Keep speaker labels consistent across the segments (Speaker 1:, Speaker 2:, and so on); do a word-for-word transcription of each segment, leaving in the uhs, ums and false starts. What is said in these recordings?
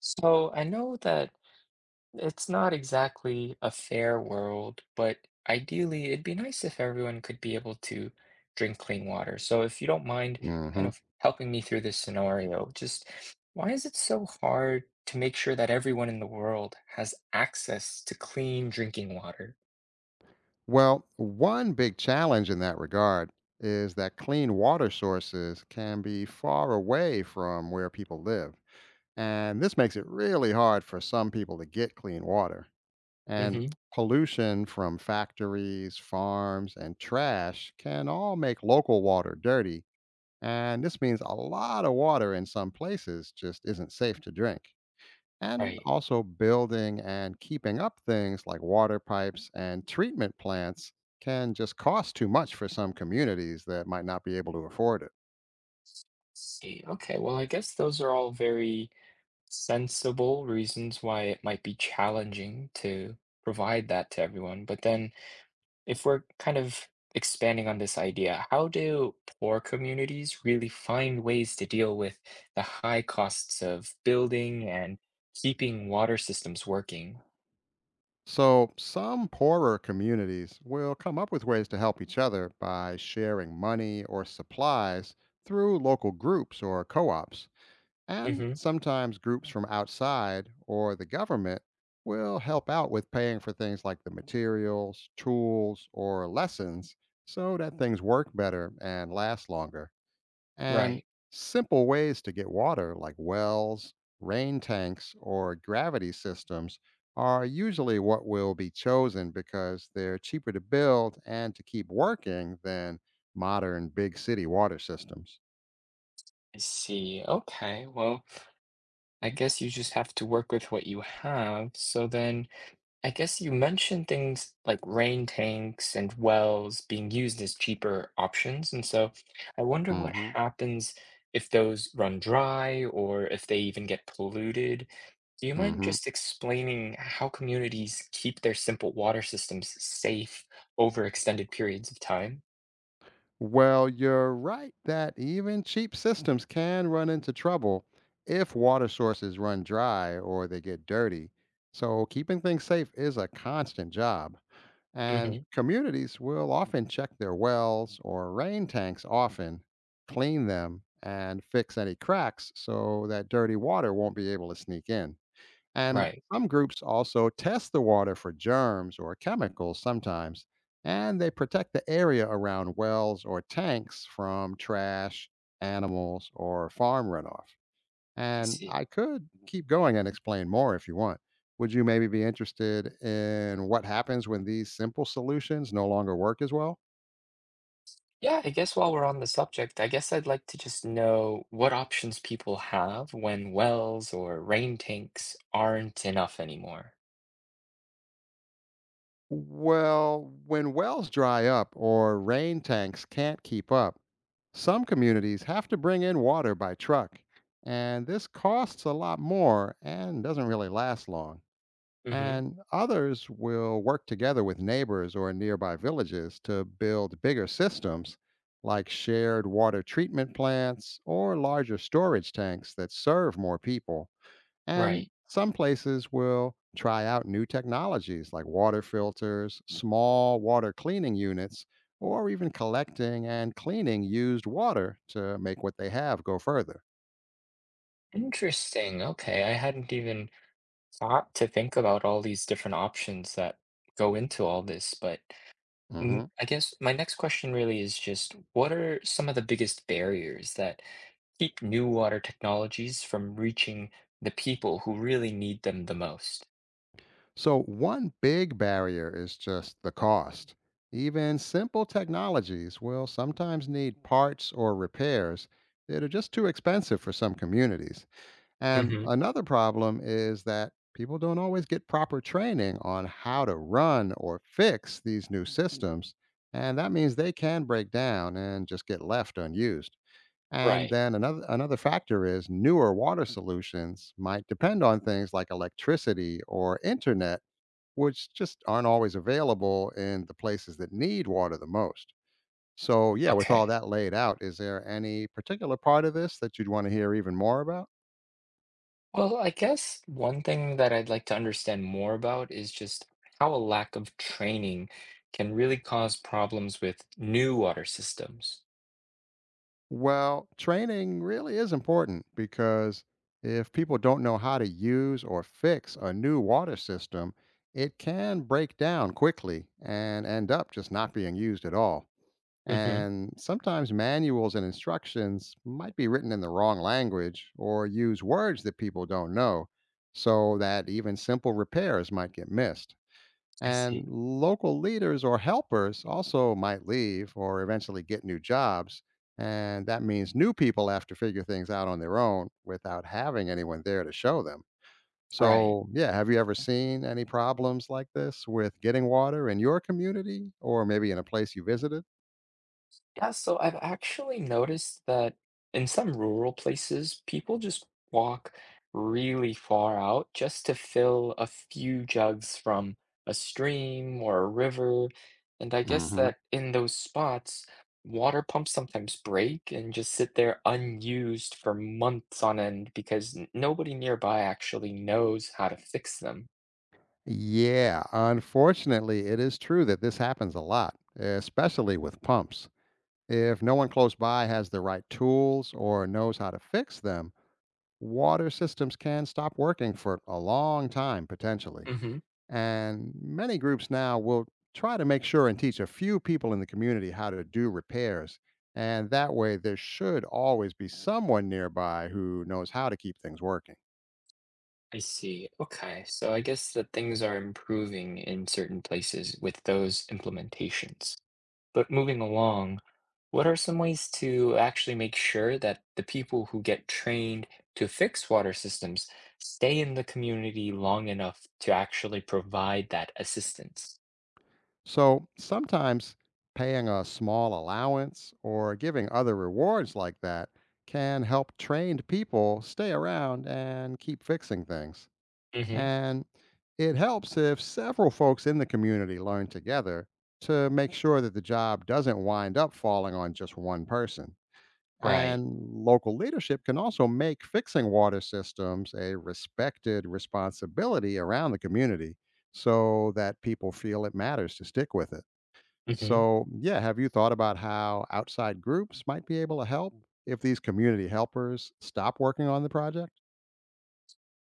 Speaker 1: So I know that it's not exactly a fair world, but ideally it'd be nice if everyone could be able to drink clean water. So if you don't mind kind
Speaker 2: hmm
Speaker 1: of helping me through this scenario, just why is it so hard to make sure that everyone in the world has access to clean drinking water?
Speaker 2: Well, one big challenge in that regard is that clean water sources can be far away from where people live. And this makes it really hard for some people to get clean water. And
Speaker 1: Hmm.
Speaker 2: pollution from factories, farms, and trash can all make local water dirty. And this means a lot of water in some places just isn't safe to drink. And
Speaker 1: Right.
Speaker 2: also building and keeping up things like water pipes and treatment plants can just cost too much for some communities that might not be able to afford it.
Speaker 1: See, okay, well, I guess those are all very sensible reasons why it might be challenging to provide that to everyone. But then if we're kind of expanding on this idea, how do poor communities really find ways to deal with the high costs of building and keeping water systems working?
Speaker 2: So, some poorer communities will come up with ways to help each other by sharing money or supplies through local groups or co ops. And
Speaker 1: Hmm.
Speaker 2: sometimes groups from outside or the government will help out with paying for things like the materials, tools, or lessons so that things work better and last longer. And
Speaker 1: Right.
Speaker 2: simple ways to get water, like wells, rain tanks, or gravity systems, are usually what will be chosen because they're cheaper to build and to keep working than modern big city water systems.
Speaker 1: I see. Okay. Well, I guess you just have to work with what you have. So then, I guess you mentioned things like rain tanks and wells being used as cheaper options. And so I wonder what
Speaker 2: hmm
Speaker 1: happens if those run dry or if they even get polluted. Do you mind
Speaker 2: hmm
Speaker 1: just explaining how communities keep their simple water systems safe over extended periods of time?
Speaker 2: Well, you're right that even cheap systems can run into trouble if water sources run dry or they get dirty. So, keeping things safe is a constant job. And
Speaker 1: Hmm.
Speaker 2: communities will often check their wells or rain tanks often, clean them, and fix any cracks so that dirty water won't be able to sneak in. And
Speaker 1: Right.
Speaker 2: some groups also test the water for germs or chemicals sometimes, and they protect the area around wells or tanks from trash, animals, or farm runoff.
Speaker 1: I
Speaker 2: And
Speaker 1: see.
Speaker 2: I could keep going and explain more if you want. Would you maybe be interested in what happens when these simple solutions no longer work as well?
Speaker 1: Yeah, I guess while we're on the subject, I guess I'd like to just know what options people have when wells or rain tanks aren't enough anymore.
Speaker 2: Well, when wells dry up or rain tanks can't keep up, some communities have to bring in water by truck. And this costs a lot more and doesn't really last long.
Speaker 1: Hmm.
Speaker 2: And others will work together with neighbors or nearby villages to build bigger systems like shared water treatment plants or larger storage tanks that serve more people. And
Speaker 1: Right.
Speaker 2: some places will try out new technologies like water filters, small water cleaning units, or even collecting and cleaning used water to make what they have go further.
Speaker 1: Interesting. Okay. I hadn't even thought to think about all these different options that go into all this, but mm,
Speaker 2: Mhm.
Speaker 1: I guess my next question really is just what are some of the biggest barriers that keep new water technologies from reaching the people who really need them the most?
Speaker 2: So, one big barrier is just the cost. Even simple technologies will sometimes need parts or repairs that are just too expensive for some communities. And
Speaker 1: Hmm.
Speaker 2: another problem is that people don't always get proper training on how to run or fix these new systems. And that means they can break down and just get left unused. And
Speaker 1: Right.
Speaker 2: then another another factor is newer water solutions might depend on things like electricity or internet, which just aren't always available in the places that need water the most. So, yeah, with
Speaker 1: Okay.
Speaker 2: all that laid out, is there any particular part of this that you'd want to hear even more about?
Speaker 1: Well, I guess one thing that I'd like to understand more about is just how a lack of training can really cause problems with new water systems.
Speaker 2: Well, training really is important because if people don't know how to use or fix a new water system, it can break down quickly and end up just not being used at all.
Speaker 1: Hmm.
Speaker 2: And sometimes manuals and instructions might be written in the wrong language or use words that people don't know, so that even simple repairs might get missed.
Speaker 1: I
Speaker 2: And
Speaker 1: see.
Speaker 2: local leaders or helpers also might leave or eventually get new jobs. And that means new people have to figure things out on their own without having anyone there to show them.
Speaker 1: Right.
Speaker 2: So, yeah, have you ever seen any problems like this with getting water in your community or maybe in a place you visited?
Speaker 1: Yeah, so I've actually noticed that in some rural places, people just walk really far out just to fill a few jugs from a stream or a river. And I guess
Speaker 2: hmm
Speaker 1: that in those spots, water pumps sometimes break and just sit there unused for months on end because n- nobody nearby actually knows how to fix them.
Speaker 2: Yeah, unfortunately, it is true that this happens a lot, especially with pumps. If no one close by has the right tools or knows how to fix them, water systems can stop working for a long time potentially. And many groups now will try to make sure and teach a few people in the community how to do repairs. And that way, there should always be someone nearby who knows how to keep things working.
Speaker 1: I see. Okay. So I guess that things are improving in certain places with those implementations. But moving along, what are some ways to actually make sure that the people who get trained to fix water systems stay in the community long enough to actually provide that assistance?
Speaker 2: So sometimes paying a small allowance or giving other rewards like that can help trained people stay around and keep fixing things.
Speaker 1: Hmm.
Speaker 2: And it helps if several folks in the community learn together to make sure that the job doesn't wind up falling on just one person.
Speaker 1: Right.
Speaker 2: And local leadership can also make fixing water systems a respected responsibility around the community so that people feel it matters to stick with it.
Speaker 1: Hmm.
Speaker 2: So, yeah, have you thought about how outside groups might be able to help if these community helpers stop working on the project?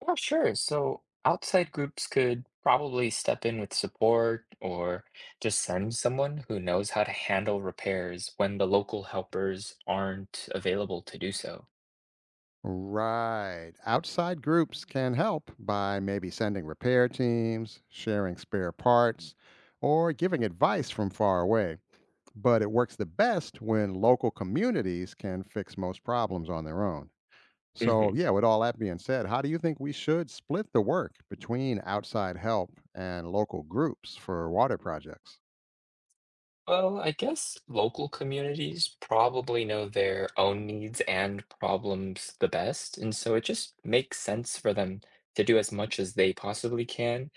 Speaker 1: Yeah, sure. So outside groups could probably step in with support or just send someone who knows how to handle repairs when the local helpers aren't available to do so.
Speaker 2: Right. Outside groups can help by maybe sending repair teams, sharing spare parts, or giving advice from far away. But it works the best when local communities can fix most problems on their own. So, yeah, with all that being said, how do you think we should split the work between outside help and local groups for water projects?
Speaker 1: Well, I guess local communities probably know their own needs and problems the best, and so it just makes sense for them to do as much as they possibly can.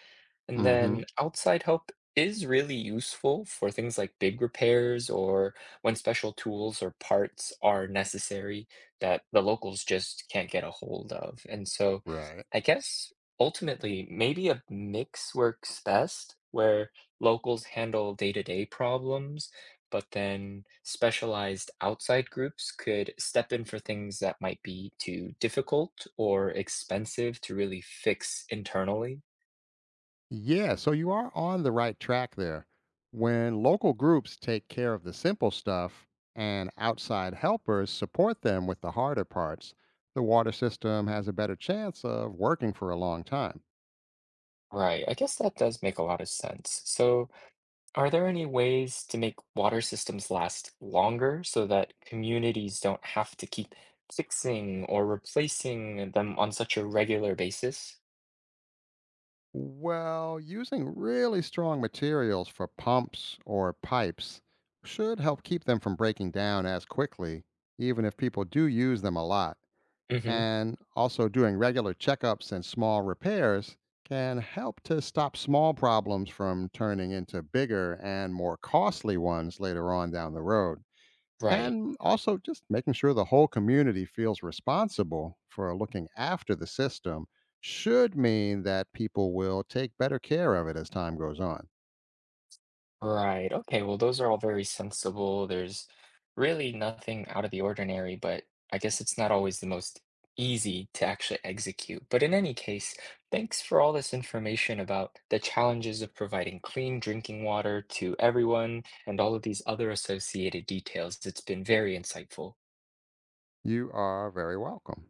Speaker 1: And
Speaker 2: Mm hmm.
Speaker 1: then outside help is really useful for things like big repairs or when special tools or parts are necessary that the locals just can't get a hold of. And so
Speaker 2: Right.
Speaker 1: I guess ultimately, maybe a mix works best where locals handle day-to-day problems, but then specialized outside groups could step in for things that might be too difficult or expensive to really fix internally.
Speaker 2: Yeah, so you are on the right track there. When local groups take care of the simple stuff and outside helpers support them with the harder parts, the water system has a better chance of working for a long time.
Speaker 1: Right, I guess that does make a lot of sense. So, are there any ways to make water systems last longer so that communities don't have to keep fixing or replacing them on such a regular basis?
Speaker 2: Well, using really strong materials for pumps or pipes should help keep them from breaking down as quickly, even if people do use them a lot.
Speaker 1: Hmm.
Speaker 2: And also doing regular checkups and small repairs can help to stop small problems from turning into bigger and more costly ones later on down the road.
Speaker 1: Right.
Speaker 2: And also just making sure the whole community feels responsible for looking after the system should mean that people will take better care of it as time goes on.
Speaker 1: Right. Okay. Well, those are all very sensible. There's really nothing out of the ordinary, but I guess it's not always the most easy to actually execute. But in any case, thanks for all this information about the challenges of providing clean drinking water to everyone and all of these other associated details. It's been very insightful.
Speaker 2: You are very welcome.